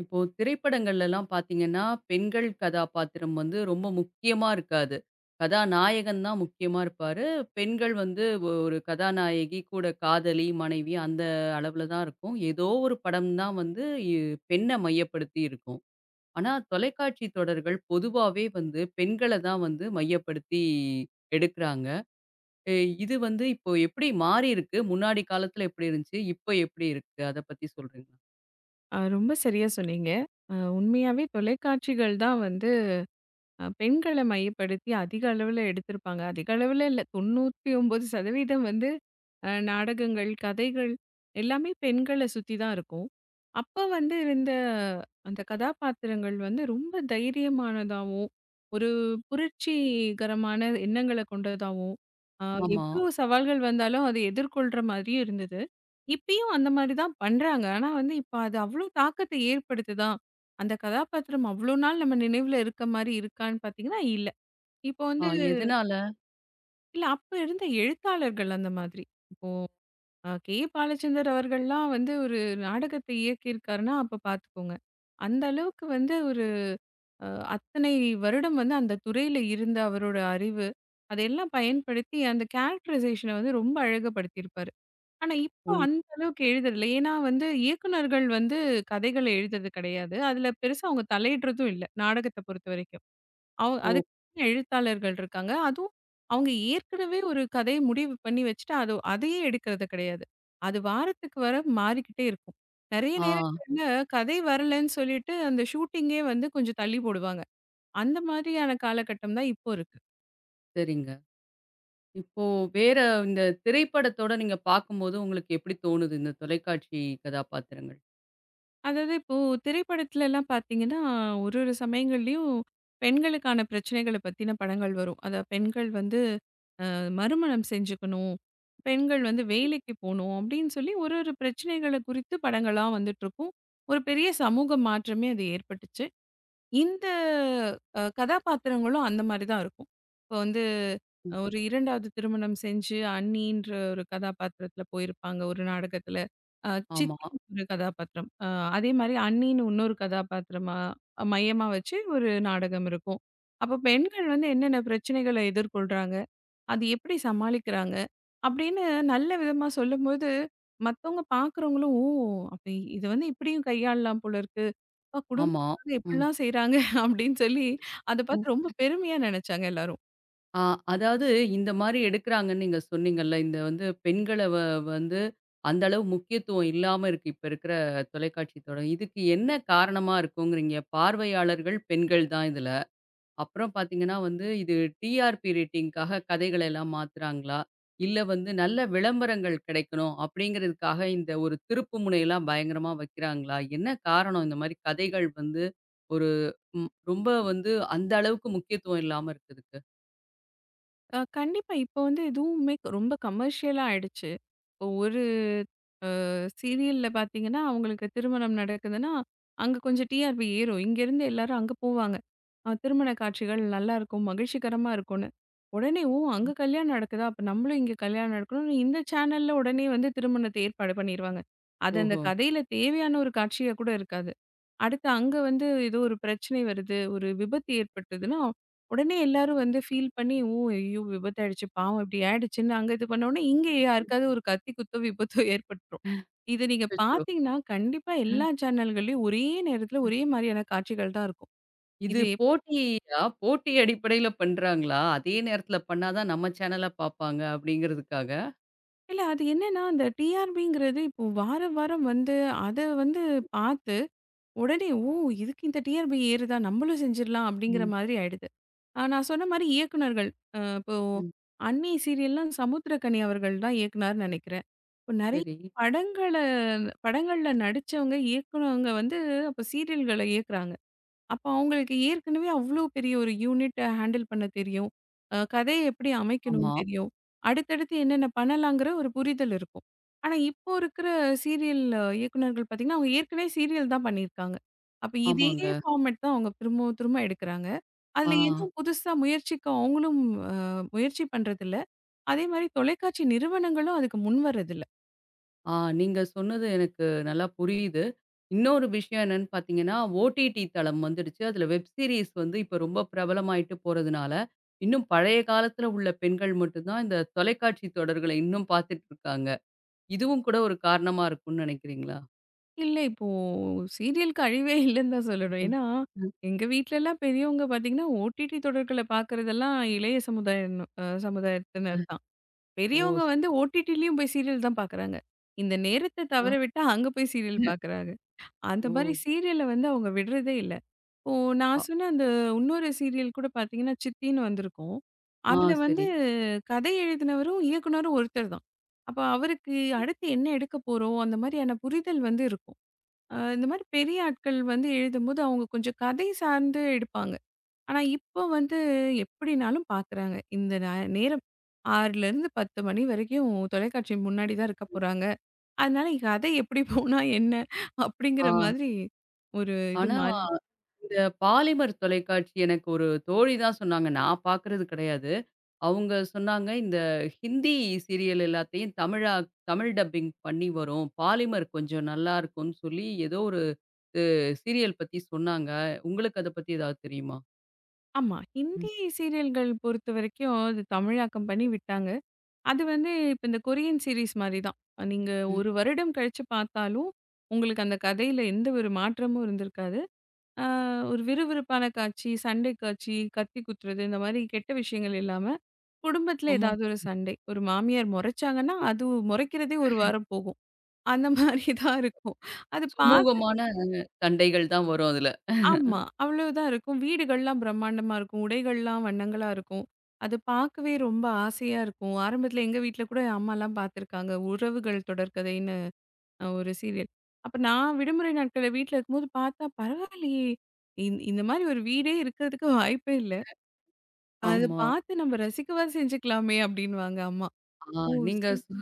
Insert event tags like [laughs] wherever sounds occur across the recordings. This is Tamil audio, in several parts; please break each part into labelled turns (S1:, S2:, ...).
S1: இப்போ திரைப்படங்கள்லலாம் பார்த்தீங்கன்னா, பெண்கள் கதாபாத்திரம் வந்து ரொம்ப முக்கியமா இருக்காது. கதாநாயகன் தான் முக்கியமா இருப்பாரு. பெண்கள் வந்து ஒரு கதாநாயகி, கூட காதலி, மனைவி அந்த அளவுல தான் இருக்கும். ஏதோ ஒரு படம் தான் வந்து இ பெண்ண மையப்படுத்தி இருக்கும். ஆனா, தொலைக்காட்சி தொடர்கள் பொதுவாவே வந்து பெண்கள தான் வந்து மையப்படுத்தி எடுக்குறாங்க. எ இது வந்து இப்போ எப்படி மாறியிருக்கு? முன்னாடி காலத்துல எப்படி இருந்துச்சு? இப்போ எப்படி இருக்கு? அத பத்தி சொல்றீங்களா?
S2: ரொம்ப சரியா சொன்னீங்க. உண்மையாவே தொலைக்காட்சிகள் தான் வந்து பெண்கள மையப்படுத்தி அதிக அளவுல எடுத்திருப்பாங்க. அதிக அளவுல இல்ல 99% வந்து நாடகங்கள், கதைகள் எல்லாமே பெண்கள சுத்தி தான் இருக்கும். அப்ப வந்து இருந்த அந்த கதாபாத்திரங்கள் வந்து ரொம்ப தைரியமானதாவும், ஒரு புரட்சிகரமான எண்ணங்கள கொண்டதாவும், அ
S1: ஆமா.
S2: எவ்ளோ சவால்கள் வந்தாலும் அத எதிர்கொள்ற மாதிரியும் இருந்தது. இப்பயும் அந்த மாரி தான் பண்றாங்க. ஆனா வந்து இப்ப அது அவ்ளோ தாக்கத்த ஏற்படுத்துதா? அந்த கதாபாத்திரம் அவ்ளோ நாள் நம்ம நினைவுல இருக்க மாரி இருக்கான்னு பார்த்தீங்கன்னா, இல்ல. இப்போ
S1: ஆ,
S2: வந்து.
S1: எதனால?
S2: இல்ல, அப்ப இருந்த எழுத்தாளர்கள் அந்த மாதிரி. இப்போ கே. பாலச்சந்தர் அவர்கள்லாம் வந்து ஒரு நாடகத்தை இயக்கியிருக்காருன்னா, அப்ப பார்த்துக்கோங்க. அந்த அளவுக்கு வந்து ஒரு அ அத்தனை வருடம் வந்து அந்த துறையில இருந்த அவரோட அறிவு, அதையெல்லாம் பயன்படுத்தி அந்த கேரக்டரைசேஷன வந்து ரொம்ப அழகுபடுத்தியிருப்பாரு. ஆனா இப்போ
S1: உன்
S2: அந்த அளவுக்கு எழுதுறதில்ல. ஏன்னா வந்து இயக்குனர்கள் வந்து கதைகள எழுதுறது கிடையாது. அதுல பெருசா அவங்க தலையிடுறதும் இல்ல, நாடகத்த பொறுத்தவரைக்கும்.
S1: ஓ!
S2: அதுக்கு எழுத்தாளர்கள் இருக்காங்க. அதுவும் அவங்க ஏற்கனவே ஒரு கதைய முடிவு பண்ணி வச்சுட்டு, அது அதையே எடுக்கிறது கிடையாது. அது வாரத்துக்கு வாரம் மாறிக்கிட்டே இருக்கும். நெறைய
S1: ஆ,
S2: நேரங்கள்ல கதை வரலன்னு சொல்லிட்டு, அந்த ஷூட்டிங்கே வந்து கொஞ்சம் தள்ளி போடுவாங்க. அந்த மாதிரியான காலகட்டம் தான் இப்போ இருக்கு.
S1: சரிங்க. இப்போ வேற இந்த திரைப்படத்தோட நீங்க பார்க்கும்போது உங்களுக்கு எப்படி தோணுது? இந்த தொலைக்காட்சி கதாபாத்திரங்கள்.
S2: அதாவது இப்போ திரைப்படத்துலலாம் பார்த்தீங்கன்னா, ஒரு ஒரு சமயங்கள்லயும் பெண்களுக்கான பிரச்சனைகள பத்தின படங்கள் வரும். அதாவது பெண்கள் வந்து மறுமணம் செஞ்சுக்கணும். பெண்கள் வந்து வேலைக்கு போணும் அப்படின்னு சொல்லி ஒரு ஒரு பிரச்சனைகள குறித்து படங்களா வந்துட்டுருக்கும். ஒரு பெரிய சமூக மாற்றமே அது ஏற்பட்டுச்சு. இந்த கதாபாத்திரங்களும் அந்த மாரி தான் இருக்கும். இப்போ வந்து
S1: ம்.
S2: ஒரு 2வது திருமணம் செஞ்சு அண்ணின்ற ஒரு கதாபாத்திரத்தில போயிருப்பாங்க ஒரு நாடகத்தில. அ
S1: ஆமா,
S2: சித்தின்னு ஒரு கதாபாத்திரம். அதே மாரி அண்ணின்னு இன்னொரு கதாபாத்திரமா மையமா வச்சு ஒரு நாடகம் இருக்கும். அப்போ பெண்கள் வந்து என்னென்ன பிரச்சனைகள எதிர்கொள்றாங்க? அது எப்படி சமாளிக்கிறாங்க? அப்படின்னு நல்ல விதமா சொல்லும்போது, மத்தவங்க பார்க்குறவங்களும், "ஓ! அப்ப இது வந்து இப்படியும் கையாளலாம் போல இருக்கு. அப்பா
S1: ஆமா.
S2: குடும்பத்துக்காக
S1: ம்.
S2: இப்படிலாம் செய்றாங்க" [laughs] அப்படின்னு சொல்லி அத
S1: ம்.
S2: பார்த்து ரொம்ப பெருமையா நெனச்சாங்க எல்லாரும்.
S1: ஆ, அதாவது இந்த மாரி எடுக்குறாங்கன்னு நீங்க சொன்னீங்கல்ல. இந்த வந்து பெண்கள வந்து அந்த அளவு முக்கியத்துவம் இல்லாம இருக்கு. இப்ப இருக்கிற தொலைக்காட்சி தொடர். இதுக்கு என்ன காரணமா இருக்குங்கிறீங்க? பார்வையாளர்கள் பெண்கள் தான் இதுல. அப்புறம் பார்த்தீங்கன்னா வந்து, இது டிஆர்பி ரேட்டிங்க்காக கதைகள எல்லாம் மாத்துறாங்களா? இல்ல வந்து நல்ல விளம்பரங்கள் கிடைக்கணும் அப்படிங்கிறதுக்காக இந்த ஒரு திருப்பு முனையெல்லாம் பயங்கரமா வைக்கிறாங்களா? என்ன காரணம் இந்த மாரி கதைகள் வந்து ஒரு ம் ரொம்ப வந்து அந்த அளவுக்கு முக்கியத்துவம் இல்லாம இருக்கிறதுக்கு?
S2: கண்டிப்பா இப்ப வந்து எதுவுமே ரொம்ப கமர்ஷியலா ஆயிடுச்சு. இப்போ ஒரு சீரியல்ல பார்த்தீங்கன்னா, அவங்களுக்கு திருமணம் நடக்குதுன்னா, அங்க கொஞ்சம் டிஆர்பி ஏறும். இங்கேருந்து எல்லாரும் அங்க போவாங்க. திருமண காட்சிகள் நல்லாருக்கும், மகிழ்ச்சிகரமா இருக்கும்ன்னு. உடனே, "ஓ! அங்க கல்யாணம் நடக்குதா? அப்ப நம்மளும் இங்க கல்யாணம் நடக்கணும்னு" இந்த சேனல்ல உடனே வந்து திருமணத்தை ஏற்பாடு பண்ணிருவாங்க. அது அந்த
S1: ஓஹோ!
S2: கதையில தேவையான ஒரு காட்சியா கூட இருக்காது. அடுத்து அங்க வந்து ஏதோ ஒரு பிரச்சனை வருது, ஒரு விபத்து ஏற்பட்டதுன்னா, உடனே எல்லாரும் வந்து ஃபீல் பண்ணி, "ஓ! ஐயோ! விபத்து ஆயிடுச்சு. பாவம் இப்படி ஆயிடுச்சுன்னு" அங்க இது பண்ணோனே, இங்க யாருக்காவது ஒரு கத்தி குத்தோ, விபத்தோ ஏற்பட்டுரும். இது நீங்க
S1: அச்சச்சோ!
S2: பார்த்தீங்கன்னா, கண்டிப்பா
S1: ம்.
S2: எல்லா சேனல்கள்லயும் ஒரே நேரத்துல
S1: ம்.
S2: ஒரே மாரியான காட்சிகள் தான் இருக்கும்.
S1: இது
S2: இது எப்
S1: போட்டியா? போட்டி அடிப்படையில பண்றாங்களா? அதே நேரத்தில பண்ணா தான் நம்ம சேனல பார்ப்பாங்க அப்படிங்கிறதுக்காக?
S2: இல்ல, அது என்னன்னா, அந்த டிஆர்பிங்கிறது இப்போ வாரம், வாரம் வந்து அத வந்து பார்த்து, உடனே "ஓ! இதுக்கு இந்த டிஆர்பி ஏறுதா? நம்மளும் செஞ்சிடலாம்" அப்படிங்கிற
S1: ம்.
S2: மாதிரி ஆயிடுது. ஆ, நான் சொன்ன மாரி இயக்குனர்கள். இப்போ
S1: ம்.
S2: அண்ணி சீரியல்லாம் சமுத்திரக்கனி அவர்கள் தான் இயக்குனார்ன்னு நெனைக்கிறேன். இப்போ நெறைய
S1: சரி.
S2: படங்கள படங்கள்ல நடிச்சவங்க, இயக்குனவங்க வந்து அப்ப சீரியல்கள இயக்குறாங்க. அப்ப அவங்களுக்கு ஏற்கனவே அவ்ளோ பெரிய ஒரு யூனிட்ட ஹேண்டில் பண்ண தெரியும். கதைய எப்படி அமைக்கணும்னு
S1: ஆமா.
S2: தெரியும். அடுத்தடுத்து என்னென்ன பண்ணலாங்கிற ஒரு புரிதல் இருக்கும். ஆனா, இப்போ இருக்கிற சீரியல் இயக்குனர்கள் பார்த்தீங்கன்னா, அவங்க ஏற்கனவே சீரியல் தான் பண்ணியிருக்காங்க. அப்ப இதே
S1: ஆமாங்க.
S2: ஃபார்மேட் தான் அவங்க திரும்பவும் திரும்ப எடுக்குறாங்க.
S1: ஆ.
S2: அதுல எதுவும் புதுசா முயற்சிக்க அவங்களும் அ முயற்சி பண்றதில்ல. அதே மாரி தொலைக்காட்சி நிறுவனங்களும் அதுக்கு முன்வரதில்ல.
S1: ஆ, நீங்க சொன்னது எனக்கு நல்லா புரியுது. இன்னொரு விஷயம் என்னன்னு பார்த்தீங்கன்னா, ஓடிடி தளம் வந்துடுச்சு. அதில வெப் சீரிஸ் வந்து இப்ப ரொம்ப பிரபலமாயிட்டு போறதுனால, இன்னும் பழைய காலத்தில உள்ள பெண்கள் மட்டும் தான் இந்த தொலைக்காட்சி தொடர்களை இன்னும் பார்த்துட்டு இருக்காங்க. இதுவும் கூட ஒரு காரணமா இருக்கும்னு நினைக்கிறீங்களா?
S2: இல்ல. இப்போ சீரியலுக்கு அழிவே [laughs] இல்லன்னு தான் சொல்லணும்.
S1: ம்.
S2: ஏன்னா,
S1: ம்.
S2: எங்க வீட்லலாம் பெரியவங்க பார்த்தீங்கன்னா, ஓடிடி தொடர்கள பார்க்குறதெல்லாம் இளைய சமுதாயம் சமுதாயத்தினர் தான்.
S1: ஓ!
S2: பெரியவங்க
S1: சரி.
S2: வந்து ஓடிடிலயும் போய் சீரியல் தான் பார்க்குறாங்க. இந்த நேரத்த
S1: ஆ.
S2: தவற விட்டா அங்க போய் சீரியல் பார்க்குறாங்க. அந்த
S1: ஓ!
S2: மாரி சீரியல வந்து அவங்க விடுறதே இல்ல. இப்போ நான்
S1: அ
S2: சொன்ன அந்த இன்னொரு சீரியல் கூட பார்த்தீங்கன்னா, சித்தின்னு வந்திருக்கும்.
S1: ஆ
S2: அதுல வந்து
S1: சரி.
S2: கதை எழுதினவரும், இயக்குனரும் ஒருத்தர் தான். அப்ப அவருக்கு அடுத்து என்ன எடுக்க போறோம்? அந்த மாரியான புரிதல் வந்து இருக்கும். இந்த மாரி பெரிய ஆட்கள் வந்து எழுதும்போது, அவங்க கொஞ்சம் கதை சார்ந்து எடுப்பாங்க. ஆனா, இப்போ வந்து எப்படினாலும் பார்க்குறாங்க. இந்த நேரம் 6லேருந்து 10 மணி வரைக்கும் தொலைக்காட்சி முன்னாடி தான் இருக்க போறாங்க. அதனால கதை எப்படி போனா என்ன?
S1: ஆ,
S2: அப்படிங்கிற மாதிரி ஒரு இது
S1: ஆனா
S2: மாறிடுச்சு.
S1: இந்த பாலிமர் தொலைக்காட்சி எனக்கு ஒரு தோழி தான் சொன்னாங்க. நான் பார்க்குறது கிடையாது. அவங்க சொன்னாங்க, "இந்த ஹிந்தி சீரியல் எல்லாத்தையும் தமிழ் டப்பிங் பண்ணி வரும். பாலிமர் கொஞ்சம் நல்லாருக்கும்ன்னு" சொல்லி ஏதோ ஒரு அ சீரியல் பத்தி சொன்னாங்க. உங்களுக்கு அத பத்தி ஏதாவது தெரியுமா?
S2: ஆமா.
S1: ம்,
S2: ஹிந்தி சீரியல்கள் பொறுத்தவரைக்கும் அது தமிழாக்கம் பண்ணி விட்டாங்க. அது வந்து இப்ப இந்த கொரியன் சீரிஸ் மாரி தான். நீங்க
S1: ம்.
S2: 1 வருடம் கழிச்சு பார்த்தாலும், உங்களுக்கு அந்த கதையில எந்த ஒரு மாற்றமும் இருந்திருக்காது. ஆ, ஒரு விறுவிறுப்பான காட்சி, சண்டை காட்சி, கத்தி குத்துறது இந்த மாரி கெட்ட விஷயங்கள் இல்லாம, குடும்பத்தில
S1: சுமு
S2: ஏதாவது ஒரு சண்டை. ஒரு மாமியார் மொறச்சாங்கன்னா, அது மொறைக்கிறதே 1 வாரம் போகும். அந்த மாரி [laughs] தான் இருக்கும். அது பார்க்க.
S1: சுமூகமான சண்டைகள் தான் வரும் அதுல.
S2: ஆமா. அவ்வளவுதான் இருக்கும். வீடுகள்லாம் பிரம்மாண்டமா இருக்கும். உடைகள்லாம் வண்ணங்களா இருக்கும். அது பார்க்கவே ரொம்ப ஆசையா இருக்கும். ஆரம்பத்தில எங்க வீட்ல கூட அம்மாலாம் பார்த்துருக்காங்க. உறவுகள் தொடர்கதைன்னு ஒரு சீரியல். அப்ப நான் விடுமுறை நாட்கள்ல வீட்ல இருக்கும்போது பார்த்தா, பரவாயில்லையே! இந்த மாரி ஒரு வீடே இருக்கிறதுக்கு வாய்ப்பே இல்ல. அத
S1: ஆமா.
S2: பார்த்து நம்ம ரசிக்கவா செஞ்சுக்கலாமே! அப்டின்னுவாங்க அம்மா.
S1: ஆ,
S2: ஓ!
S1: நீங்க
S2: சரி.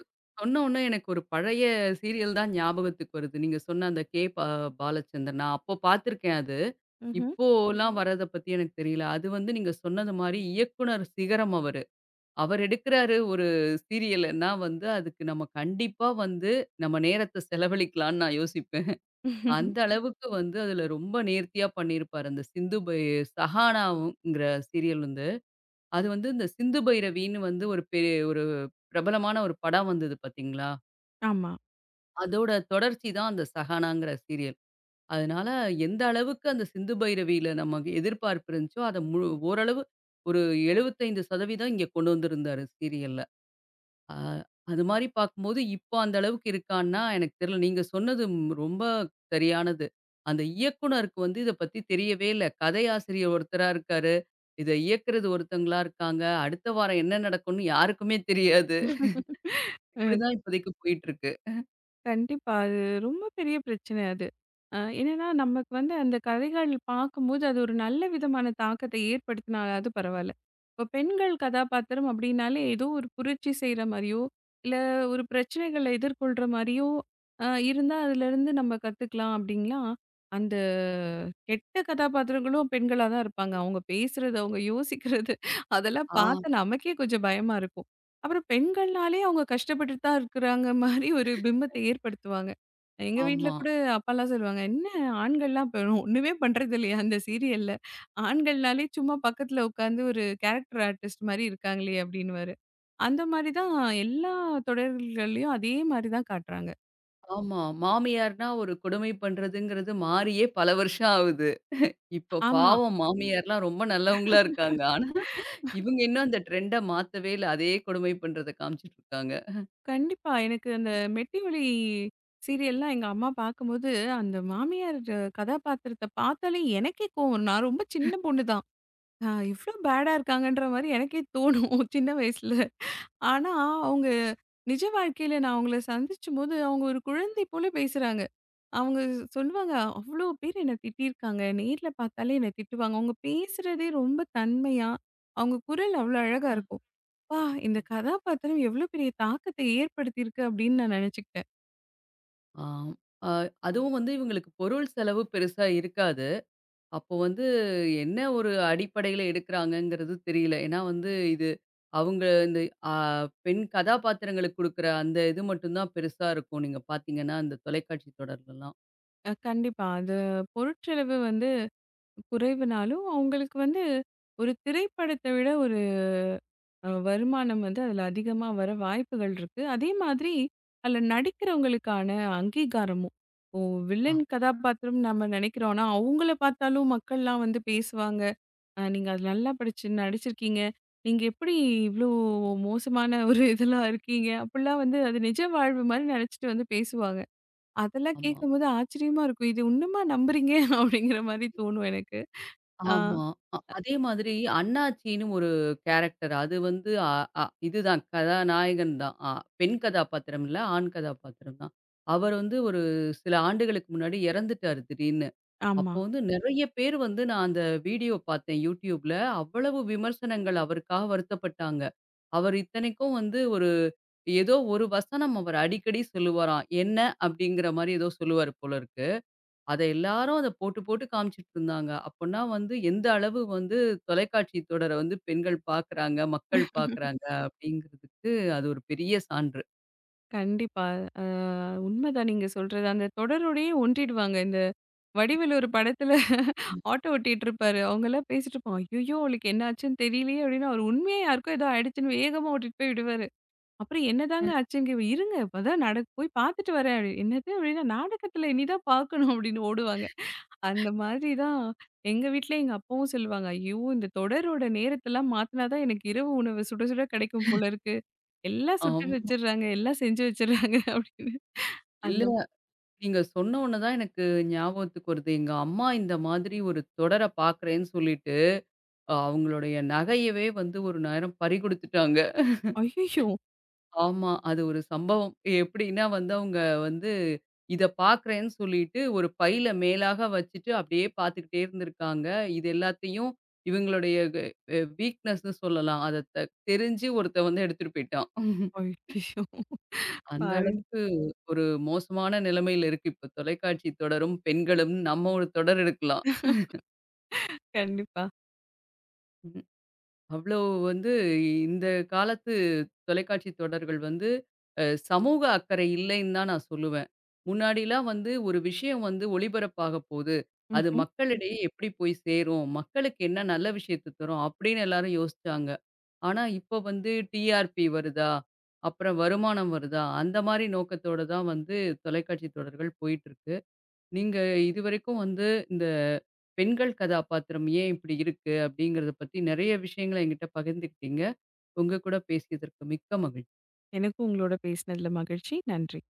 S1: சொன்ன உடனே எனக்கு ஒரு பழைய சீரியல் தான் ஞாபகத்துக்கு வருது. நீங்க சொன்ன அந்த கே. பா பாலச்சந்தர். நான் அப்போ பார்த்துருக்கேன் அது.
S2: ம்ஹ்ம்.
S1: இப்போலாம் வர்றத பத்தி எனக்கு தெரியல. அது வந்து நீங்க சொன்னது மாரி இயக்குனர் சிகரம் அவர். அவர் எடுக்குறாரு ஒரு சீரியலுன்னா வந்து, அதுக்கு நம்ம கண்டிப்பா வந்து நம்ம நேரத்த செலவழிக்கலான்னு நான் யோசிப்பேன். அந்த அளவுக்கு வந்து அதுல ரொம்ப நேர்த்தியா பண்ணியிருப்பாரு. அந்த சிந்து பை சஹானாவுங்கிற சீரியல் வந்து, அது வந்து இந்த சிந்து பைரவின்னு வந்து ஒரு பிரபலமான ஒரு படம் வந்தது பார்த்தீங்களா?
S2: ஆமா.
S1: அதோட தொடர்ச்சி தான் அந்த சஹானாங்கிற சீரியல். அதனால எந்த அளவுக்கு அந்த சிந்து பைரவியில நமக்கு எதிர்பார்ப்பு இருந்துச்சோ, அத முழு ஓரளவு ஒரு 75% இங்க கொண்டு வந்திருந்தாரு சீரியல்ல. ஆ, அது மாரி பார்க்கும்போது, இப்போ அந்த அளவுக்கு இருக்கான்னா, எனக்கு தெரியல. நீங்க சொன்னது ம் ரொம்ப சரியானது. அந்த இயக்குனருக்கு வந்து இத பத்தி தெரியவே இல்ல. கதையாசிரியர் ஒருத்தரா இருக்காரு. இத இயக்குறது ஒருத்தங்களா இருக்காங்க. அடுத்த வாரம் என்ன நடக்கும்னு யாருக்குமே தெரியாது. இப்படிதான் இப்போதைக்கு போயிட்டுருக்கு.
S2: கண்டிப்பா. அது ரொம்ப பெரிய பிரச்சனை அது. என்னன்னா, நமக்கு வந்து அந்த கதைகள் பார்க்கும்போது, அது ஒரு நல்ல விதமான தாக்கத்தை ஏற்படுத்தினாலாவது பரவால்ல. இப்போ பெண்கள் கதாபாத்திரம் அப்படின்னாலே, ஏதோ ஒரு புரட்சி செய்ற மாரியோ, இல்ல ஒரு பிரச்சனைகள எதிர்கொள்ற மாரியோ இருந்தா, அதுலருந்து நம்ம கத்துக்கலாம் அப்படின்லாம், அந்த கெட்ட கதாபாத்திரங்களும் பெண்களா தான் இருப்பாங்க. அவங்க பேசுறது, அவங்க யோசிக்கிறது, அதெல்லாம்
S1: ஆ,
S2: பார்த்தா நமக்கே கொஞ்சம் பயமா இருக்கும். அப்புறம் பெண்கள்னாலே அவங்க கஷ்டப்பட்டுட்டு தான் இருக்கிறாங்க மாரி ஒரு பிம்பத்தை ஏற்படுத்துவாங்க. எங்க வீட்ல
S1: ஆமா.
S2: கூட அப்பாலாம் சொல்லுவாங்க, "என்ன ஆண்கள்லாம் இப்ப ஒண்ணுமே பண்றது இல்லையா அந்த சீரியல்ல? ஆண்கள்னாலே சும்மா பக்கத்துல உட்காந்து ஒரு கேரக்டர் ஆர்டிஸ்ட் மாரி இருக்காங்களே!" அப்டின்னுவாரு. அந்த மாரி தான் எல்லா தொடர்கள்லயும் அதே மாரி தான் காட்டுறாங்க.
S1: ஆமா, மாமியார்னா ஒரு கொடுமை பண்றதுங்கிறது மாறியே பல வருஷம் ஆகுது. இப்போ
S2: ஆமா.
S1: பாவம் மாமியார்லாம் ரொம்ப நல்லவங்களா இருக்காங்க. ஆனா, இவங்க இன்னும் அந்த ட்ரெண்ட மாத்தவே இல்ல. அதே கொடுமை பண்றத காமிச்சுட்டு இருக்காங்க.
S2: கண்டிப்பா. எனக்கு அந்த மெட்டி ஒலி சீரியல்லாம் எங்க அம்மா பார்க்கும்போது, அந்த மாமியார் கதாபாத்திரத்த பார்த்தாலே எனக்கே கோவம் வரும். நான் ரொம்ப சின்ன பொண்ணு தான். ஆ, இவ்ளோ பேடா இருக்காங்கன்ற மாரி எனக்கே தோணும் [laughs] சின்ன வயசுல. ஆனா, அவங்க நிஜ வாழ்க்கையில நான் அவங்கள சந்திச்சும்போது, அவங்க ஒரு குழந்தை போல பேசுறாங்க. அவங்க சொல்லுவாங்க, "அவ்ளோ பேர் என்ன திட்டியிருக்காங்க. நேர்ல பார்த்தாலே என்ன திட்டுவாங்க." அவங்க பேசுறதே ரொம்ப தன்மையா, அவங்க குரல் அவ்ளோ அழகா
S1: ஆ,
S2: இருக்கும். "அப்பா!
S1: சரி.
S2: இந்த கதாபாத்திரம் எவ்ளோ பெரிய தாக்கத்த ஏற்படுத்தியிருக்கு." அப்படின்னு நான் நெனச்சுக்கிட்டேன்.
S1: ஆம். அ அதுவும் வந்து இவங்களுக்கு பொருள் செலவு பெருசா இருக்காது. அப்போ வந்து என்ன ஒரு அடிப்படையில எடுக்குறாங்கங்கிறது தெரியல. ஏன்னா வந்து இது அவங்க இந்த அ பெண் கதாபாத்திரங்களுக்கு குடுக்குற அந்த இது மட்டும் தான் பெருசா இருக்கும். நீங்க பார்த்தீங்கன்னா, அந்த தொலைக்காட்சி தொடர்லலாம்.
S2: கண்டிப்பா. அது பொருட்செலவு வந்து குறைவுனாலும், அவங்களுக்கு வந்து ஒரு திரைப்படத்த விட வருமானம் வந்து அதில் அதிகமாக வர வாய்ப்புகள் இருக்குது. அதே மாதிரி அதில் நடிக்கிறவங்களுக்கான அங்கீகாரமும். ஓ,
S1: ஆ,
S2: வில்லன் கதாபாத்திரம் நம்ம நினைக்கிறோன்னா, அவங்கள பார்த்தாலும் மக்கள்லாம் வந்து பேசுவாங்க. நீங்கள் அது நல்லா படிச்சு நடிச்சிருக்கீங்க. நீங்கள் எப்படி இவ்வளோ மோசமான ஒரு இதெல்லாம் இருக்கீங்க அப்படிலாம் வந்து அது நிஜ வாழ்வு மாதிரி நினச்சிட்டு வந்து பேசுவாங்க. அதெல்லாம்
S1: ஆமா.
S2: கேட்கும்போது ஆச்சரியமா இருக்கும். இது இன்னுமா நம்புறீங்க? அப்படிங்கிற மாதிரி தோணும் எனக்கு. ஆஹ்
S1: ஆமா, அ அதே மாதிரி அண்ணாச்சின்னு ஒரு கேரக்டர். அது வந்து அ அ இதுதான் கதாநாயகன் தான். அ பெண் கதாபாத்திரம் இல்ல, ஆண் கதாபாத்திரம் தான். அவர் வந்து ஒரு சில ஆண்டுகளுக்கு முன்னாடி இறந்துட்டாரு திடீர்னு.
S2: ஆமா,
S1: அப்போ வந்து நிறைய பேர் வந்து நான் அந்த வீடியோ பார்த்தேன் YouTubeல. அவ்வளவு விமர்சனங்கள் அவருக்காக வருத்தப்பட்டாங்க. அவர் இத்தனைக்கும் வந்து ஒரு ஏதோ ஒரு வசனம் அவர் அடிக்கடி சொல்லுவாராம். "என்ன?" அப்படிங்கிற மாரி ஏதோ சொல்லுவாரு போல இருக்கு. அத எல்லாரும் அத போட்டு போட்டு காமிச்சுட்டு இருந்தாங்க. அப்பன்னா வந்து எந்த அளவு வந்து தொலைக்காட்சி தொடர வந்து பெண்கள் பார்க்குறாங்க, மக்கள் பார்க்குறாங்க அப்படிங்கிறதுக்கு அது ஒரு பெரிய சான்று.
S2: கண்டிப்பா. அ உண்மைதான் நீங்க சொல்றது. அந்த தொடரோடயே ஒன்றிடுவாங்க. இந்த வடிவேலு ஒரு படத்துல ஆட்டோ ஓட்டிட்டு இருப்பாரு. அவங்கலாம் பேசிட்டு இருப்போம். "ஐய்யய்யோ! அவளுக்கு என்ன ஆச்சுன்னு தெரியலையே!" அப்படின்னு அவர் உண்மையா யாருக்கோ ஏதோ ஆயிடுச்சுன்னு வேகமா ஓட்டிட்டு போய் விடுவாரு. அப்புறம் என்னதாங்க ஆச்சுங்க? இவ, "இருங்க இப்பதான் நட போய் பார்த்துட்டு வரேன்." அப்படி "என்னது?" அப்படின்னா "நாடகத்துல இனி தான் பார்க்கணும்." அப்படின்னு ஓடுவாங்க. அந்த மாதிரி தான் எங்க வீட்ல எங்க அப்பாவும் சொல்லுவாங்க. "ஐயோ! இந்த தொடரோட நேரத்தெல்லாம் மாத்துனா தான் எனக்கு இரவு உணவு சுட சுட கிடைக்கும் போல இருக்கு. எல்லாம் சுட்டு
S1: ஆமா,
S2: வச்சுடுறாங்க, எல்லாம் செஞ்சு வச்சுடுறாங்க." அப்படின்னு. அந்த
S1: இல்ல நீங்க சொன்ன உடனே தான் எனக்கு ஞாபகத்துக்கு வருது. எங்க அம்மா இந்த மாதிரி ஒரு தொடர பார்க்குறேன்னு சொல்லிட்டு, அவங்களுடைய நகையவே வந்து ஒரு நேரம் பறிகொடுத்துட்டாங்க.
S2: ஐயய்யோ!
S1: ஆமா, அது ஒரு சம்பவம். எப்படின்னா வந்து அவங்க வந்து இத பார்க்குறேன்னு சொல்லிட்டு, ஒரு பையில மேலாக வச்சுட்டு அப்படியே பார்த்துக்கிட்டே இருந்திருக்காங்க. இது எல்லாத்தையும் இவங்களுடைய வே அ வீக்னஸ்ன்னு சொல்லலாம். அத தெரிஞ்சு ஒருத்தன் வந்து எடுத்துட்டு போயிட்டான்.
S2: ஐயய்யோ!
S1: அந்த
S2: பாருங்க.
S1: அளவுக்கு ஒரு மோசமான நிலைமையில இருக்கு. இப்ப தொலைக்காட்சி தொடரும், பெண்களும் நம்ம ஒரு தொடர் எடுக்கலாம்.
S2: கண்டிப்பா.
S1: ம். அவ்ளோ வந்து இந்த காலத்து தொலைக்காட்சி தொடர்கள் வந்து சமூக அக்கறை இல்லைன்னு தான் நான் சொல்லுவேன். முன்னாடிலாம் வந்து ஒரு விஷயம் வந்து ஒளிபரப்பாக போகுது. அது
S2: ம்ஹ்ம்.
S1: மக்களிடையே எப்படி போய் சேரும்? மக்களுக்கு என்ன நல்ல விஷயத்த தரும்? அப்படின்னு எல்லாரும் யோசிச்சாங்க. ஆனா இப்ப வந்து டிஆர்பி வருதா? அப்புறம் வருமானம் வருதா? அந்த மாரி நோக்கத்தோட தான் வந்து தொலைக்காட்சி தொடர்கள் போயிட்டுருக்கு. நீங்க இதுவரைக்கும் வந்து இந்த பெண்கள் கதாபாத்திரம் ஏன் இப்படி இருக்கு? அப்படிங்கிறத பத்தி நெறைய விஷயங்கள என்கிட்ட பகிர்ந்துக்கிட்டீங்க. உங்க கூட பேசியதற்கு மிக்க மகிழ்ச்சி.
S2: எனக்கும் உங்களோட பேசினதுல மகிழ்ச்சி. நன்றி.